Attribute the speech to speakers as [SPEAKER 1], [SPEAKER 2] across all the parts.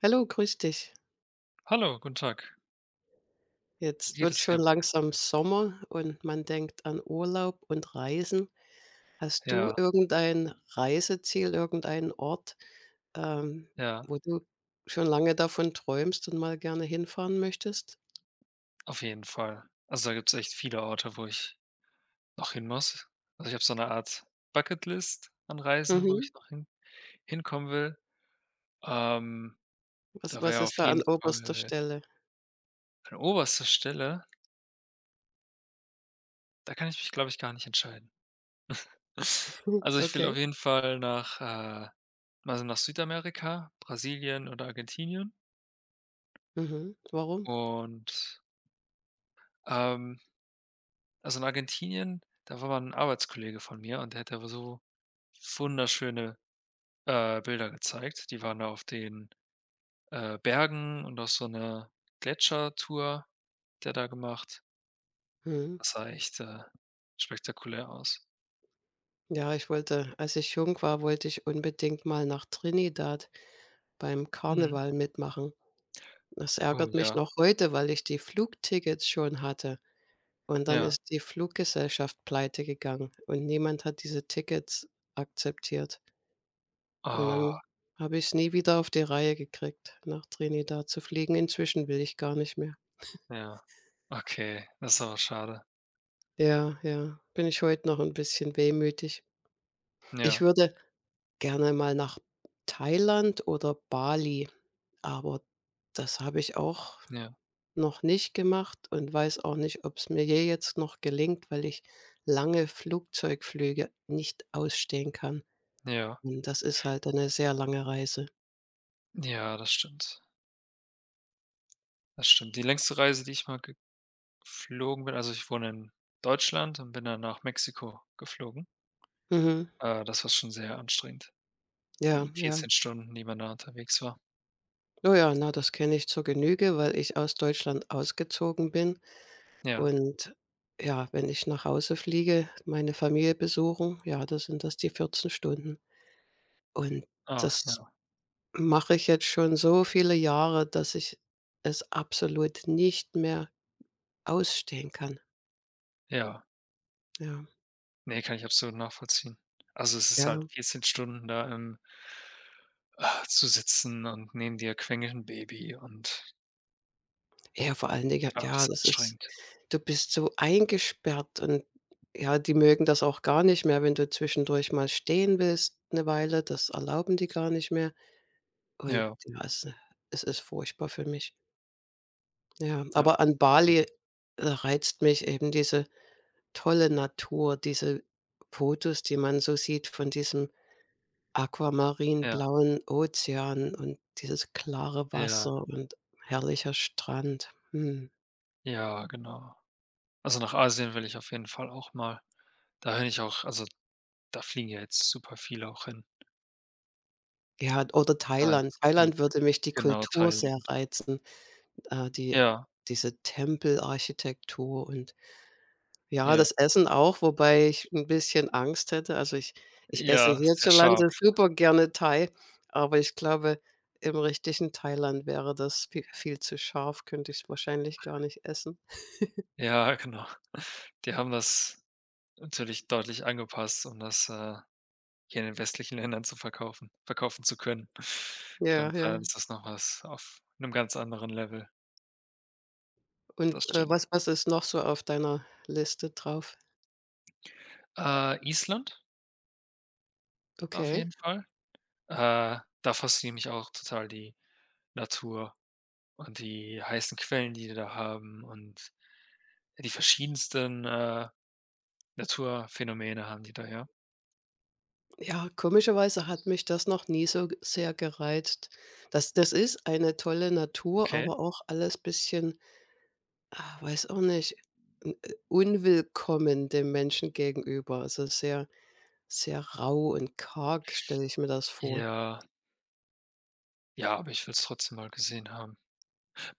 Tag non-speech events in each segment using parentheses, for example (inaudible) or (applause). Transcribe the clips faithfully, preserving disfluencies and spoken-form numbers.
[SPEAKER 1] Hallo, grüß dich.
[SPEAKER 2] Hallo, guten Tag. Wie
[SPEAKER 1] Jetzt
[SPEAKER 2] geht
[SPEAKER 1] wird
[SPEAKER 2] es
[SPEAKER 1] schon
[SPEAKER 2] dir?
[SPEAKER 1] langsam Sommer und man denkt an Urlaub und Reisen. Hast du
[SPEAKER 2] Ja,
[SPEAKER 1] irgendein Reiseziel, irgendeinen Ort, ähm,
[SPEAKER 2] ja,
[SPEAKER 1] wo du schon lange davon träumst und mal gerne hinfahren möchtest?
[SPEAKER 2] auf jeden Fall. Also, da gibt's echt viele Orte, wo ich noch hin muss. Also, ich habe so eine Art Bucketlist an Reisen, wo ich
[SPEAKER 1] Mhm.
[SPEAKER 2] noch hin hinkommen will. Ähm,
[SPEAKER 1] Was
[SPEAKER 2] Da
[SPEAKER 1] was
[SPEAKER 2] wäre auf
[SPEAKER 1] ist da
[SPEAKER 2] jeden
[SPEAKER 1] an oberster
[SPEAKER 2] Fall
[SPEAKER 1] Stelle?
[SPEAKER 2] an oberster Stelle. Da kann ich mich, glaube ich, gar nicht entscheiden. (laughs) Also,
[SPEAKER 1] (laughs)
[SPEAKER 2] ich will
[SPEAKER 1] Okay.
[SPEAKER 2] auf jeden Fall nach, äh also, nach Südamerika, Brasilien oder Argentinien.
[SPEAKER 1] Mhm. Warum?
[SPEAKER 2] Und, ähm, also, in Argentinien, da war mal ein Arbeitskollege von mir und der hat da so wunderschöne, äh, Bilder gezeigt. Die waren da auf den, äh, Bergen und auf so 'ner Gletschertour hat der da gemacht.
[SPEAKER 1] Mhm.
[SPEAKER 2] Das sah echt, äh, spektakulär aus.
[SPEAKER 1] Ja, ich wollte, als ich jung war, wollte ich unbedingt mal nach Trinidad beim
[SPEAKER 2] Mhm.
[SPEAKER 1] Karneval mitmachen. Das
[SPEAKER 2] Oh
[SPEAKER 1] ärgert mich
[SPEAKER 2] ja,
[SPEAKER 1] noch heute, weil ich die Flugtickets schon hatte. Und dann
[SPEAKER 2] ja.
[SPEAKER 1] ist die Fluggesellschaft pleite gegangen und niemand hat diese Tickets akzeptiert. Und
[SPEAKER 2] Ah,
[SPEAKER 1] dann habe ich's nie wieder auf die Reihe gekriegt, nach Trinidad zu fliegen. Inzwischen will ich gar nicht mehr.
[SPEAKER 2] ja. Okay, das ist aber schade.
[SPEAKER 1] Ja, ja, bin ich heute noch ein bisschen wehmütig. Ich
[SPEAKER 2] Ja,
[SPEAKER 1] würde gerne mal nach Thailand oder Bali, aber das habe ich auch
[SPEAKER 2] ja,
[SPEAKER 1] noch nicht gemacht und weiß auch nicht, ob es mir je jetzt noch gelingt, weil ich lange Flugzeugflüge nicht ausstehen kann.
[SPEAKER 2] ja.
[SPEAKER 1] Und das ist halt eine sehr lange Reise.
[SPEAKER 2] Ja, das stimmt. Das stimmt. Die längste Reise, die ich mal geflogen bin, also ich wohne in Deutschland und bin dann nach Mexiko geflogen.
[SPEAKER 1] Mhm.
[SPEAKER 2] Äh, das war schon sehr anstrengend,
[SPEAKER 1] Ja,
[SPEAKER 2] die
[SPEAKER 1] ja.
[SPEAKER 2] vierzehn Stunden, die man da unterwegs war.
[SPEAKER 1] Oh ja, na, das kenne ich zur Genüge, weil ich aus Deutschland ausgezogen bin.
[SPEAKER 2] Ja.
[SPEAKER 1] Und ja, wenn ich nach Hause fliege, meine Familie besuchen, ja, da sind das die vierzehn Stunden. Und
[SPEAKER 2] Ah,
[SPEAKER 1] das
[SPEAKER 2] ja,
[SPEAKER 1] mache ich jetzt schon so viele Jahre, dass ich es absolut nicht mehr ausstehen kann.
[SPEAKER 2] ja.
[SPEAKER 1] Ja,
[SPEAKER 2] Ne, kann ich absolut nachvollziehen. Also, es ist halt
[SPEAKER 1] ja.
[SPEAKER 2] vierzehn Stunden da im, ah, zu sitzen und neben dir quengelt 'n Baby und,
[SPEAKER 1] Ja, vor allen Dingen
[SPEAKER 2] ah, das
[SPEAKER 1] ja,
[SPEAKER 2] ist
[SPEAKER 1] das ist,
[SPEAKER 2] anstrengend.
[SPEAKER 1] du bist so eingesperrt und ja, die mögen das auch gar nicht mehr, wenn du zwischendurch mal stehen willst eine Weile, das erlauben die gar nicht mehr und
[SPEAKER 2] Ja,
[SPEAKER 1] ja, es es ist furchtbar für mich. Ja,
[SPEAKER 2] ja,
[SPEAKER 1] aber an
[SPEAKER 2] gen
[SPEAKER 1] Bali, da reizt mich eben diese tolle Natur, diese Fotos, die man so sieht, von diesem
[SPEAKER 2] ja,
[SPEAKER 1] aquamarinblauen Ozean und dieses klare
[SPEAKER 2] ja,
[SPEAKER 1] Wasser und herrlicher Strand. Mhm.
[SPEAKER 2] ja, genau. Also, nach Asien will ich auf jeden Fall auch mal. Da bin ich auch, also da fliegen ja jetzt super viele auch hin,
[SPEAKER 1] Ja, oder
[SPEAKER 2] da in
[SPEAKER 1] Thailand.
[SPEAKER 2] das Gebiet.
[SPEAKER 1] Thailand würde mich die
[SPEAKER 2] Genau,
[SPEAKER 1] Kultur sehr
[SPEAKER 2] Thailand.
[SPEAKER 1] reizen, äh, die,
[SPEAKER 2] Ja,
[SPEAKER 1] diese Tempelarchitektur und ja,
[SPEAKER 2] ja,
[SPEAKER 1] das Essen auch, wobei ich 'n bisschen Angst hätte. Also, ich ich esse
[SPEAKER 2] ja, sehr
[SPEAKER 1] hierzulande
[SPEAKER 2] scharf.
[SPEAKER 1] super gerne Thai, aber ich glaube, im richtigen Thailand wäre das vie viel zu scharf, könnte ich's wahrscheinlich gar nicht essen.
[SPEAKER 2] Ja, (laughs) genau. Die haben das natürlich deutlich angepasst, um das, äh hier in den westlichen Ländern zu verkaufen verkaufen zu können. Ich glaube,
[SPEAKER 1] Ja,
[SPEAKER 2] in
[SPEAKER 1] ja.
[SPEAKER 2] Thailand ist das noch was auf einem ganz anderen Level.
[SPEAKER 1] Und,
[SPEAKER 2] Das
[SPEAKER 1] äh,
[SPEAKER 2] stimmt.
[SPEAKER 1] was was ist noch so auf deiner Liste drauf?
[SPEAKER 2] Äh, Island auf
[SPEAKER 1] Okay.
[SPEAKER 2] jeden Fall. Äh, da fasziniert mich auch total die Natur und die heißen Quellen, die die da haben, und die verschiedensten, äh, Naturphänomene haben die da, ja.
[SPEAKER 1] Ja, komischerweise hat mich das noch nie so g sehr gereizt. Das das ist eine tolle Natur,
[SPEAKER 2] Okay.
[SPEAKER 1] aber auch alles bisschen, ah, weiß auch nicht, n äh, unwillkommen dem Menschen gegenüber. Also, sehr sehr rau und karg stelle ich mir das vor.
[SPEAKER 2] Ja, ja, aber ich will's trotzdem mal gesehen haben.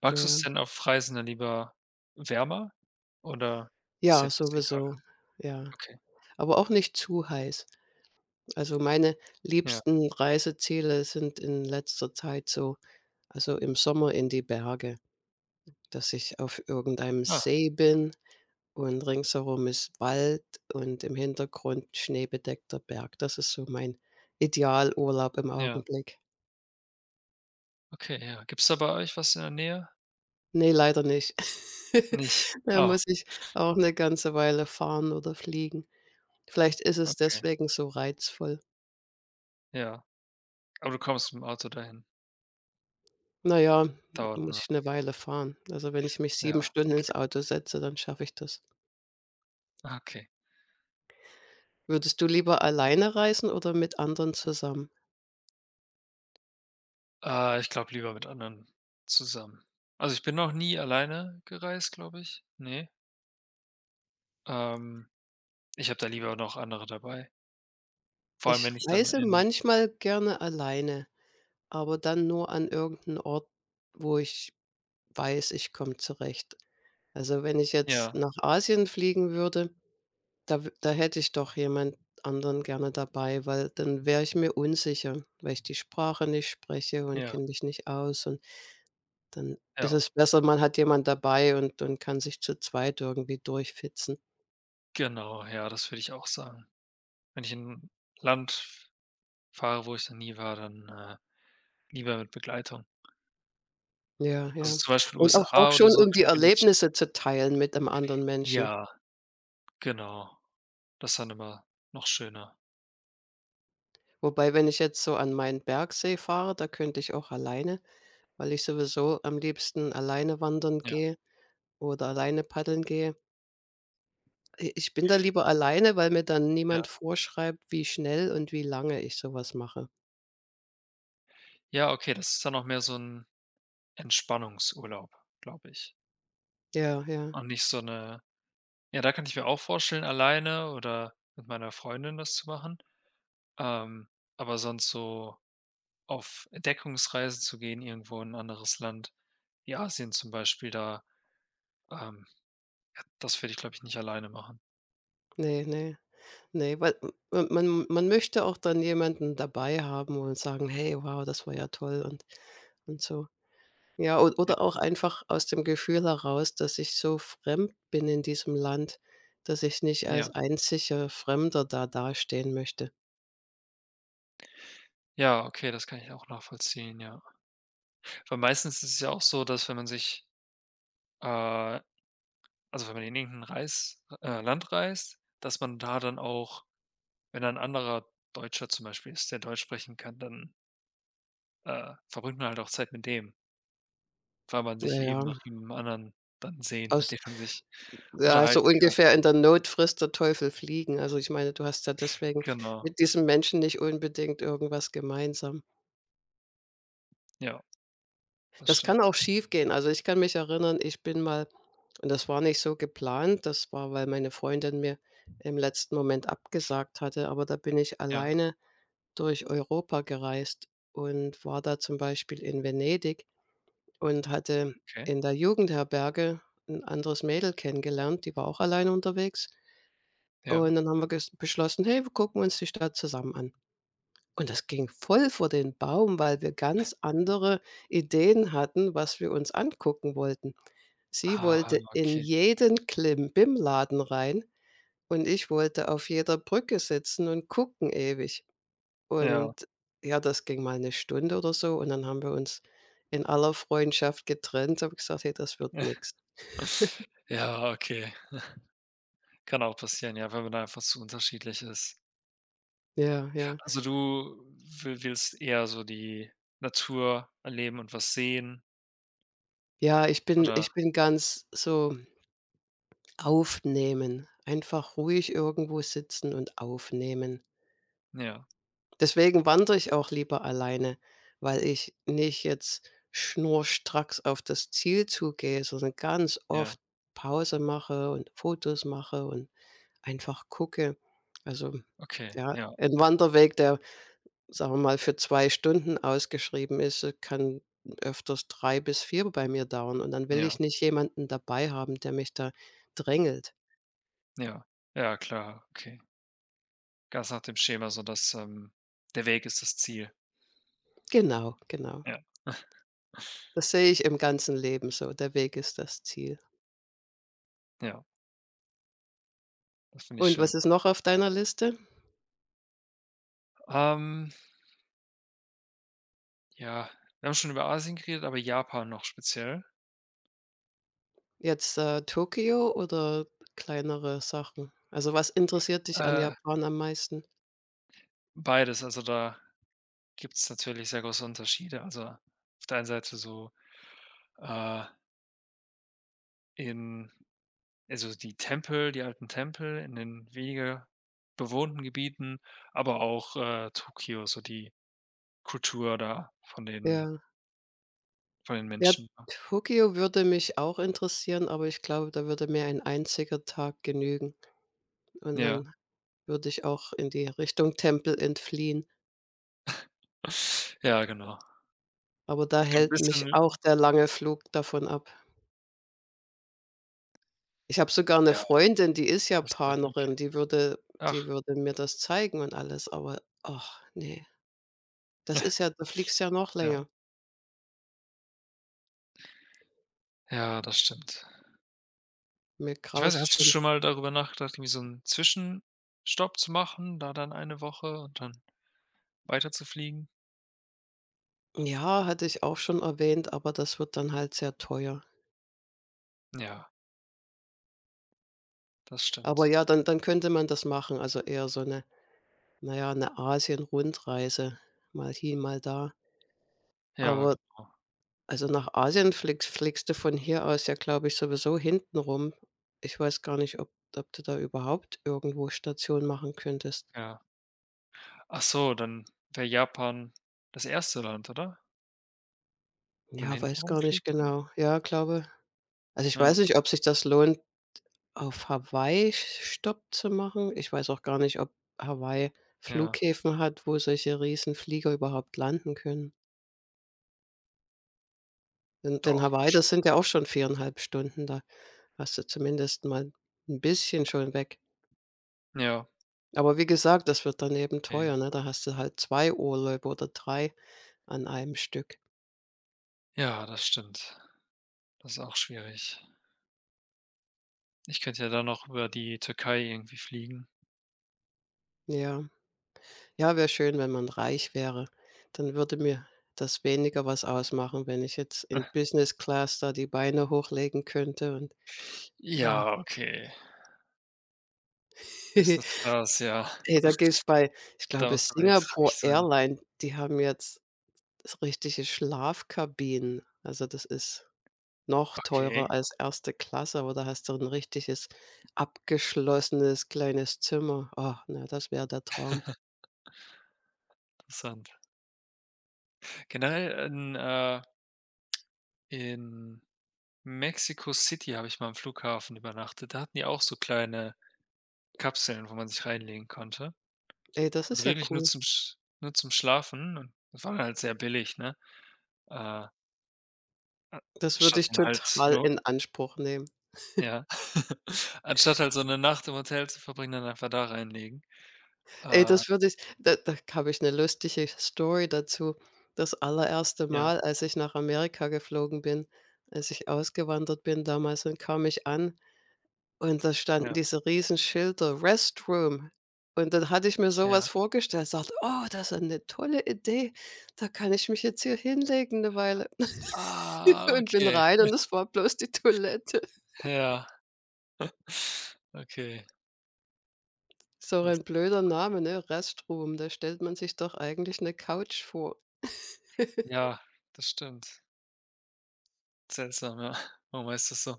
[SPEAKER 2] Magst
[SPEAKER 1] Ja.
[SPEAKER 2] du's denn auf Reisen dann lieber wärmer oder ist dir
[SPEAKER 1] Ja,
[SPEAKER 2] das egal?
[SPEAKER 1] sowieso, ja.
[SPEAKER 2] Okay,
[SPEAKER 1] Aber auch nicht zu heiß. Also, meine
[SPEAKER 2] ja.
[SPEAKER 1] liebsten Reiseziele sind in letzter Zeit so, also, im Sommer in die Berge, dass ich auf irgendeinem
[SPEAKER 2] Ah,
[SPEAKER 1] See bin Und ringsherum ist Wald und im Hintergrund schneebedeckter Berg. Das ist so mein Idealurlaub im
[SPEAKER 2] ja.
[SPEAKER 1] Augenblick.
[SPEAKER 2] Okay, ja. Gibt's da bei euch was in der Nähe?
[SPEAKER 1] Ne, leider nicht. (laughs)
[SPEAKER 2] Nicht?
[SPEAKER 1] Da
[SPEAKER 2] Oh,
[SPEAKER 1] muss ich auch 'ne ganze Weile fahren oder fliegen. Vielleicht ist es
[SPEAKER 2] okay,
[SPEAKER 1] deswegen so reizvoll.
[SPEAKER 2] ja. Aber du kommst mit dem Auto dahin.
[SPEAKER 1] Na ja, m
[SPEAKER 2] Dauert
[SPEAKER 1] muss
[SPEAKER 2] nur.
[SPEAKER 1] ich 'ne Weile fahren. Also, wenn ich mich sieben
[SPEAKER 2] Ja,
[SPEAKER 1] Stunden ins Auto setze, dann schaffe ich das.
[SPEAKER 2] ah, okay.
[SPEAKER 1] Würdest du lieber alleine reisen oder mit anderen zusammen?
[SPEAKER 2] Äh, ich glaube lieber mit anderen zusammen. Also, ich bin noch nie alleine gereist, glaube ich. Ne. Ähm, Ich habe da lieber noch andere dabei. Vor allem,
[SPEAKER 1] Ich
[SPEAKER 2] wenn ich dann
[SPEAKER 1] reise
[SPEAKER 2] in,
[SPEAKER 1] manchmal gerne alleine, aber dann nur an irgendeinen Ort, wo ich weiß, ich komme zurecht. Also, wenn ich jetzt
[SPEAKER 2] ja,
[SPEAKER 1] nach Asien fliegen würde, da w da hätte ich doch jemand anderen gerne dabei, weil dann wäre ich mir unsicher, weil ich die Sprache nicht spreche und
[SPEAKER 2] ja,
[SPEAKER 1] kenne mich nicht aus, und dann ist
[SPEAKER 2] ja,
[SPEAKER 1] es besser, man hat jemand dabei und und kann sich zu zweit irgendwie durchfitzen.
[SPEAKER 2] genau, ja, das würde ich auch sagen. Wenn ich in 'n Land fahre, wo ich noch nie war, dann, äh, lieber mit Begleitung.
[SPEAKER 1] Ja,
[SPEAKER 2] Also,
[SPEAKER 1] ja.
[SPEAKER 2] zum Beispiel
[SPEAKER 1] Und auch auch
[SPEAKER 2] U S A oder
[SPEAKER 1] schon,
[SPEAKER 2] so
[SPEAKER 1] um
[SPEAKER 2] würde
[SPEAKER 1] die
[SPEAKER 2] ich mir nicht.
[SPEAKER 1] Erlebnisse zu teilen mit einem anderen Menschen.
[SPEAKER 2] Ja. Genau, das ist dann immer noch schöner.
[SPEAKER 1] Wobei, wenn ich jetzt so an meinen Bergsee fahre, da könnte ich auch alleine, weil ich sowieso am liebsten alleine wandern
[SPEAKER 2] Ja,
[SPEAKER 1] gehe oder alleine paddeln gehe. I ich bin da lieber alleine, weil mir dann
[SPEAKER 2] ja.
[SPEAKER 1] niemand vorschreibt, wie schnell und wie lange ich sowas mache.
[SPEAKER 2] Ja, okay, das ist dann auch mehr so 'n Entspannungsurlaub, glaube ich.
[SPEAKER 1] Ja, ja.
[SPEAKER 2] Und nicht so 'ne, ja, da kann ich mir auch vorstellen, alleine oder mit meiner Freundin das zu machen. Ähm, aber sonst so auf Entdeckungsreise zu gehen irgendwo in 'n anderes Land, wie Asien zum Beispiel, da, ähm, das würde ich, glaube ich, nicht alleine machen.
[SPEAKER 1] Ne, ne, ne, weil m man man möchte auch dann jemanden dabei haben und sagen: „Hey, wow, das war ja toll“ und und so. Ja, o
[SPEAKER 2] Ja.
[SPEAKER 1] oder auch einfach aus dem Gefühl heraus, dass ich so fremd bin in diesem Land, dass ich nicht als
[SPEAKER 2] Ja.
[SPEAKER 1] einziger Fremder da dastehen möchte.
[SPEAKER 2] Ja, okay, das kann ich auch nachvollziehen, ja. Weil meistens ist es ja auch so, dass wenn man sich, äh also wenn man in irgend Reis äh, Land reist, dass man da dann auch, wenn da 'n anderer Deutscher zum Beispiel ist, der Deutsch sprechen kann, dann, äh, verbringt man halt auch Zeit mit dem, weil man sich eben
[SPEAKER 1] Naja,
[SPEAKER 2] nach jemandem anderen dann sehnt, mit
[SPEAKER 1] aus
[SPEAKER 2] dem man sich
[SPEAKER 1] ja, so
[SPEAKER 2] unterhalten kann.
[SPEAKER 1] ungefähr in der Not frisst der Teufel Fliegen. Also, ich meine, du hast ja deswegen
[SPEAKER 2] Genau.
[SPEAKER 1] mit diesem Menschen nicht unbedingt irgendwas gemeinsam.
[SPEAKER 2] Ja, das
[SPEAKER 1] Das kann auch
[SPEAKER 2] stimmt.
[SPEAKER 1] schiefgehen. Also, ich kann mich erinnern, ich bin mal, und das war nicht so geplant, das war, weil meine Freundin mir im letzten Moment abgesagt hatte, aber da bin ich
[SPEAKER 2] Ja,
[SPEAKER 1] alleine durch Europa gereist und war da zum Beispiel in Venedig und hatte
[SPEAKER 2] okay.
[SPEAKER 1] in der Jugendherberge ein anderes Mädel kennengelernt, die war auch alleine unterwegs.
[SPEAKER 2] Ja.
[SPEAKER 1] Und dann haben wir ges beschlossen: „Hey, wir gucken uns die Stadt zusammen an.“ Und das ging voll vor den Baum, weil wir ganz andere Ideen hatten, was wir uns angucken wollten. Sie
[SPEAKER 2] Ah,
[SPEAKER 1] wollte in
[SPEAKER 2] okay.
[SPEAKER 1] jeden Klimbim-Laden rein und ich wollte auf jeder Brücke sitzen und gucken ewig.
[SPEAKER 2] Ja.
[SPEAKER 1] Und ja, das ging mal eine Stunde oder so, und dann haben wir uns in aller Freundschaft getrennt, habe gesagt: „Hey, das wird nichts.“
[SPEAKER 2] (laughs) Ja, okay. Kann auch passieren, ja, wenn man da einfach zu unterschiedlich ist.
[SPEAKER 1] Ja, ja.
[SPEAKER 2] Also, du will willst eher so die Natur erleben und was sehen
[SPEAKER 1] Ja, ich bin
[SPEAKER 2] oder.
[SPEAKER 1] ich bin ganz so. Aufnehmen. Einfach ruhig irgendwo sitzen und aufnehmen.
[SPEAKER 2] Ja,
[SPEAKER 1] Deswegen wandere ich auch lieber alleine, weil ich nicht jetzt schnurstracks auf das Ziel zugehe, sondern ganz
[SPEAKER 2] ja,
[SPEAKER 1] oft Pause mache und Fotos mache und einfach gucke. Also,
[SPEAKER 2] okay,
[SPEAKER 1] ja,
[SPEAKER 2] ja,
[SPEAKER 1] ein Wanderweg, der, sagen wir mal, für zwei Stunden ausgeschrieben ist, äh, kann öfters drei bis vier bei mir dauern, und dann will
[SPEAKER 2] ja,
[SPEAKER 1] ich nicht jemanden dabei haben, der mich da drängelt.
[SPEAKER 2] ja. Ja, klar, okay. Ganz nach dem Schema, so dass, ähm, der Weg ist das Ziel.
[SPEAKER 1] Genau, genau.
[SPEAKER 2] Ja,
[SPEAKER 1] Das sehe ich im ganzen Leben so, der Weg ist das Ziel.
[SPEAKER 2] ja, das finde ich
[SPEAKER 1] Und
[SPEAKER 2] schön.
[SPEAKER 1] was ist noch auf deiner Liste?
[SPEAKER 2] Ähm, ja, wir haben schon über Asien geredet, aber Japan noch speziell?
[SPEAKER 1] Jetzt, äh, Tokio oder kleinere Sachen? Also, was interessiert dich an
[SPEAKER 2] Äh,
[SPEAKER 1] Japan am meisten?
[SPEAKER 2] Beides, also da gibt's natürlich sehr große Unterschiede. Also, auf der einen Seite so, äh, in also die Tempel, die alten Tempel in den weniger bewohnten Gebieten, aber auch, äh, Tokio, so die Kultur da von den
[SPEAKER 1] Ja.
[SPEAKER 2] Von den
[SPEAKER 1] Ja,
[SPEAKER 2] Menschen, ja.
[SPEAKER 1] Tokio würde mich auch interessieren, aber ich glaube, da würde mir ein einziger Tag genügen. Und
[SPEAKER 2] Ja.
[SPEAKER 1] dann würde ich auch in die Richtung Tempel entfliehen.
[SPEAKER 2] Ja, genau.
[SPEAKER 1] Aber da
[SPEAKER 2] So 'n
[SPEAKER 1] hält
[SPEAKER 2] bisschen,
[SPEAKER 1] mich auch der lange Flug davon ab. Ich habe sogar 'ne
[SPEAKER 2] ja,
[SPEAKER 1] Freundin, die ist
[SPEAKER 2] alles weit weg.
[SPEAKER 1] Japanerin, die würde
[SPEAKER 2] Ach,
[SPEAKER 1] die würde mir das zeigen und alles, aber, ach ne, das ist ja,
[SPEAKER 2] (laughs)
[SPEAKER 1] da fliegst ja noch
[SPEAKER 2] ja.
[SPEAKER 1] länger.
[SPEAKER 2] Ja, das stimmt.
[SPEAKER 1] Mir
[SPEAKER 2] Ich weiß nicht,
[SPEAKER 1] graust
[SPEAKER 2] hast du
[SPEAKER 1] schon.
[SPEAKER 2] schon mal darüber nachgedacht, irgendwie so 'n Zwischenstopp zu machen, da dann eine Woche und dann weiterzufliegen?
[SPEAKER 1] Ja, hatte ich auch schon erwähnt, aber das wird dann halt sehr teuer.
[SPEAKER 2] Ja, das
[SPEAKER 1] Aber
[SPEAKER 2] stimmt.
[SPEAKER 1] ja, dann dann könnte man das machen, also eher so 'ne, na ja, 'ne Asien-Rundreise, mal hier, mal da.
[SPEAKER 2] Ja,
[SPEAKER 1] Aber
[SPEAKER 2] genau,
[SPEAKER 1] also nach Asien fliegst fliegst du von hier aus ja, glaube ich, sowieso hintenrum. Ich weiß gar nicht, ob ob du da überhaupt irgendwo Station machen könntest.
[SPEAKER 2] ja. Ach so, dann wäre Japan das erste Land, oder? Wenn man
[SPEAKER 1] Ja,
[SPEAKER 2] hinten
[SPEAKER 1] weiß gar nicht
[SPEAKER 2] rumfliegt, dann,
[SPEAKER 1] genau. Ja, glaube, also, ich
[SPEAKER 2] ja,
[SPEAKER 1] weiß nicht, ob sich das lohnt, auf Hawaii Stopp zu machen. Ich weiß auch gar nicht, ob Hawaii
[SPEAKER 2] ja,
[SPEAKER 1] Flughäfen hat, wo solche Riesenflieger überhaupt landen können. Denn denn
[SPEAKER 2] doch,
[SPEAKER 1] Hawaii, das
[SPEAKER 2] bestimmt.
[SPEAKER 1] sind ja auch schon viereinhalb Stunden, da hast du zumindest mal ein bisschen schon weg.
[SPEAKER 2] Ja,
[SPEAKER 1] Aber wie gesagt, das wird dann eben
[SPEAKER 2] ne.
[SPEAKER 1] teuer, ne? Da hast du halt zwei Urlaube oder drei an einem Stück.
[SPEAKER 2] Ja, das stimmt. Das ist auch schwierig. Ich könnte ja dann noch über die Türkei irgendwie fliegen.
[SPEAKER 1] Ja. Ja, wäre schön, wenn man reich wäre. Dann würde mir das weniger was ausmachen, wenn ich jetzt in Business Class da die Beine hochlegen könnte und ja.
[SPEAKER 2] Ja, okay. Business Class,
[SPEAKER 1] (laughs)
[SPEAKER 2] ja.
[SPEAKER 1] Ey, da gibt's bei, ich
[SPEAKER 2] Da
[SPEAKER 1] glaube,
[SPEAKER 2] musst du aber echt reich
[SPEAKER 1] Singapore
[SPEAKER 2] sein.
[SPEAKER 1] Airline, die haben jetzt s richtige Schlafkabinen. Also, das ist noch
[SPEAKER 2] Okay,
[SPEAKER 1] teurer als erste Klasse, aber da hast du ein richtiges abgeschlossenes kleines Zimmer. Ah, na, das wäre der Traum.
[SPEAKER 2] interessant. Generell in, äh in Mexico City habe ich mal am Flughafen übernachtet. Da hatten die auch so kleine Kapseln, wo man sich reinlegen konnte.
[SPEAKER 1] Ey, das ist
[SPEAKER 2] Also
[SPEAKER 1] ja
[SPEAKER 2] wirklich nur
[SPEAKER 1] cool.
[SPEAKER 2] zum Sch nur zum Schlafen und das war dann halt sehr billig, ne? Äh,
[SPEAKER 1] Das würde
[SPEAKER 2] Anstatt
[SPEAKER 1] ich
[SPEAKER 2] dann halt
[SPEAKER 1] total
[SPEAKER 2] nur.
[SPEAKER 1] in Anspruch nehmen.
[SPEAKER 2] Ja. (laughs) Anstatt halt so eine Nacht im Hotel zu verbringen, dann einfach da reinlegen.
[SPEAKER 1] Ey,
[SPEAKER 2] Äh,
[SPEAKER 1] das würde ich, da da habe ich eine lustige Story dazu. Das allererste
[SPEAKER 2] ja,
[SPEAKER 1] Mal, als ich nach Amerika geflogen bin, als ich ausgewandert bin damals, dann kam ich an und da standen
[SPEAKER 2] ja.
[SPEAKER 1] diese riesen Schilder: „Restroom.“ Und dann hatte ich mir so
[SPEAKER 2] Ja.
[SPEAKER 1] was vorgestellt, sagte: „Oh, das ist eine tolle Idee. Da kann ich mich jetzt hier hinlegen eine Weile.“ (laughs)
[SPEAKER 2] Ah,
[SPEAKER 1] Und bin
[SPEAKER 2] okay.
[SPEAKER 1] rein und es war bloß die Toilette.
[SPEAKER 2] Ja. Okay,
[SPEAKER 1] So ein
[SPEAKER 2] lustig.
[SPEAKER 1] blöder Name, ne? Restroom, da stellt man sich doch eigentlich eine Couch vor.
[SPEAKER 2] Ja, das stimmt. Seltsam, ja. Warum heißt das so?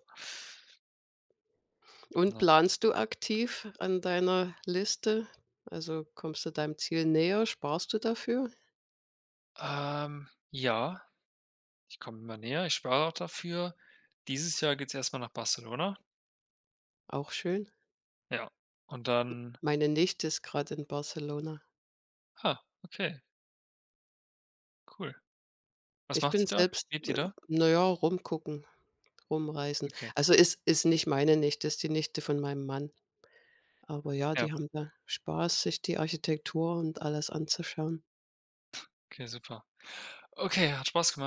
[SPEAKER 1] Und
[SPEAKER 2] Ne.
[SPEAKER 1] planst du aktiv an deiner Liste? Also, kommst du deinem Ziel näher? Sparst du dafür?
[SPEAKER 2] Ähm, ja, ich komme immer näher. Ich spare auch dafür. Dieses Jahr geht's erstmal nach Barcelona.
[SPEAKER 1] Auch schön.
[SPEAKER 2] Ja. Und dann,
[SPEAKER 1] Meine Nichte ist gerade in Barcelona.
[SPEAKER 2] ah, okay, cool. Was
[SPEAKER 1] Ich
[SPEAKER 2] macht
[SPEAKER 1] bin
[SPEAKER 2] die da?
[SPEAKER 1] selbst,
[SPEAKER 2] Lebt die
[SPEAKER 1] äh,
[SPEAKER 2] da?
[SPEAKER 1] na ja, rumgucken, rumreisen.
[SPEAKER 2] Okay.
[SPEAKER 1] Also, ist ist nicht meine Nichte, ist die Nichte von meinem Mann. Aber ja,
[SPEAKER 2] Ja,
[SPEAKER 1] die haben da Spaß, sich die Architektur und alles anzuschauen.
[SPEAKER 2] okay, super. Okay, hat Spaß gemacht.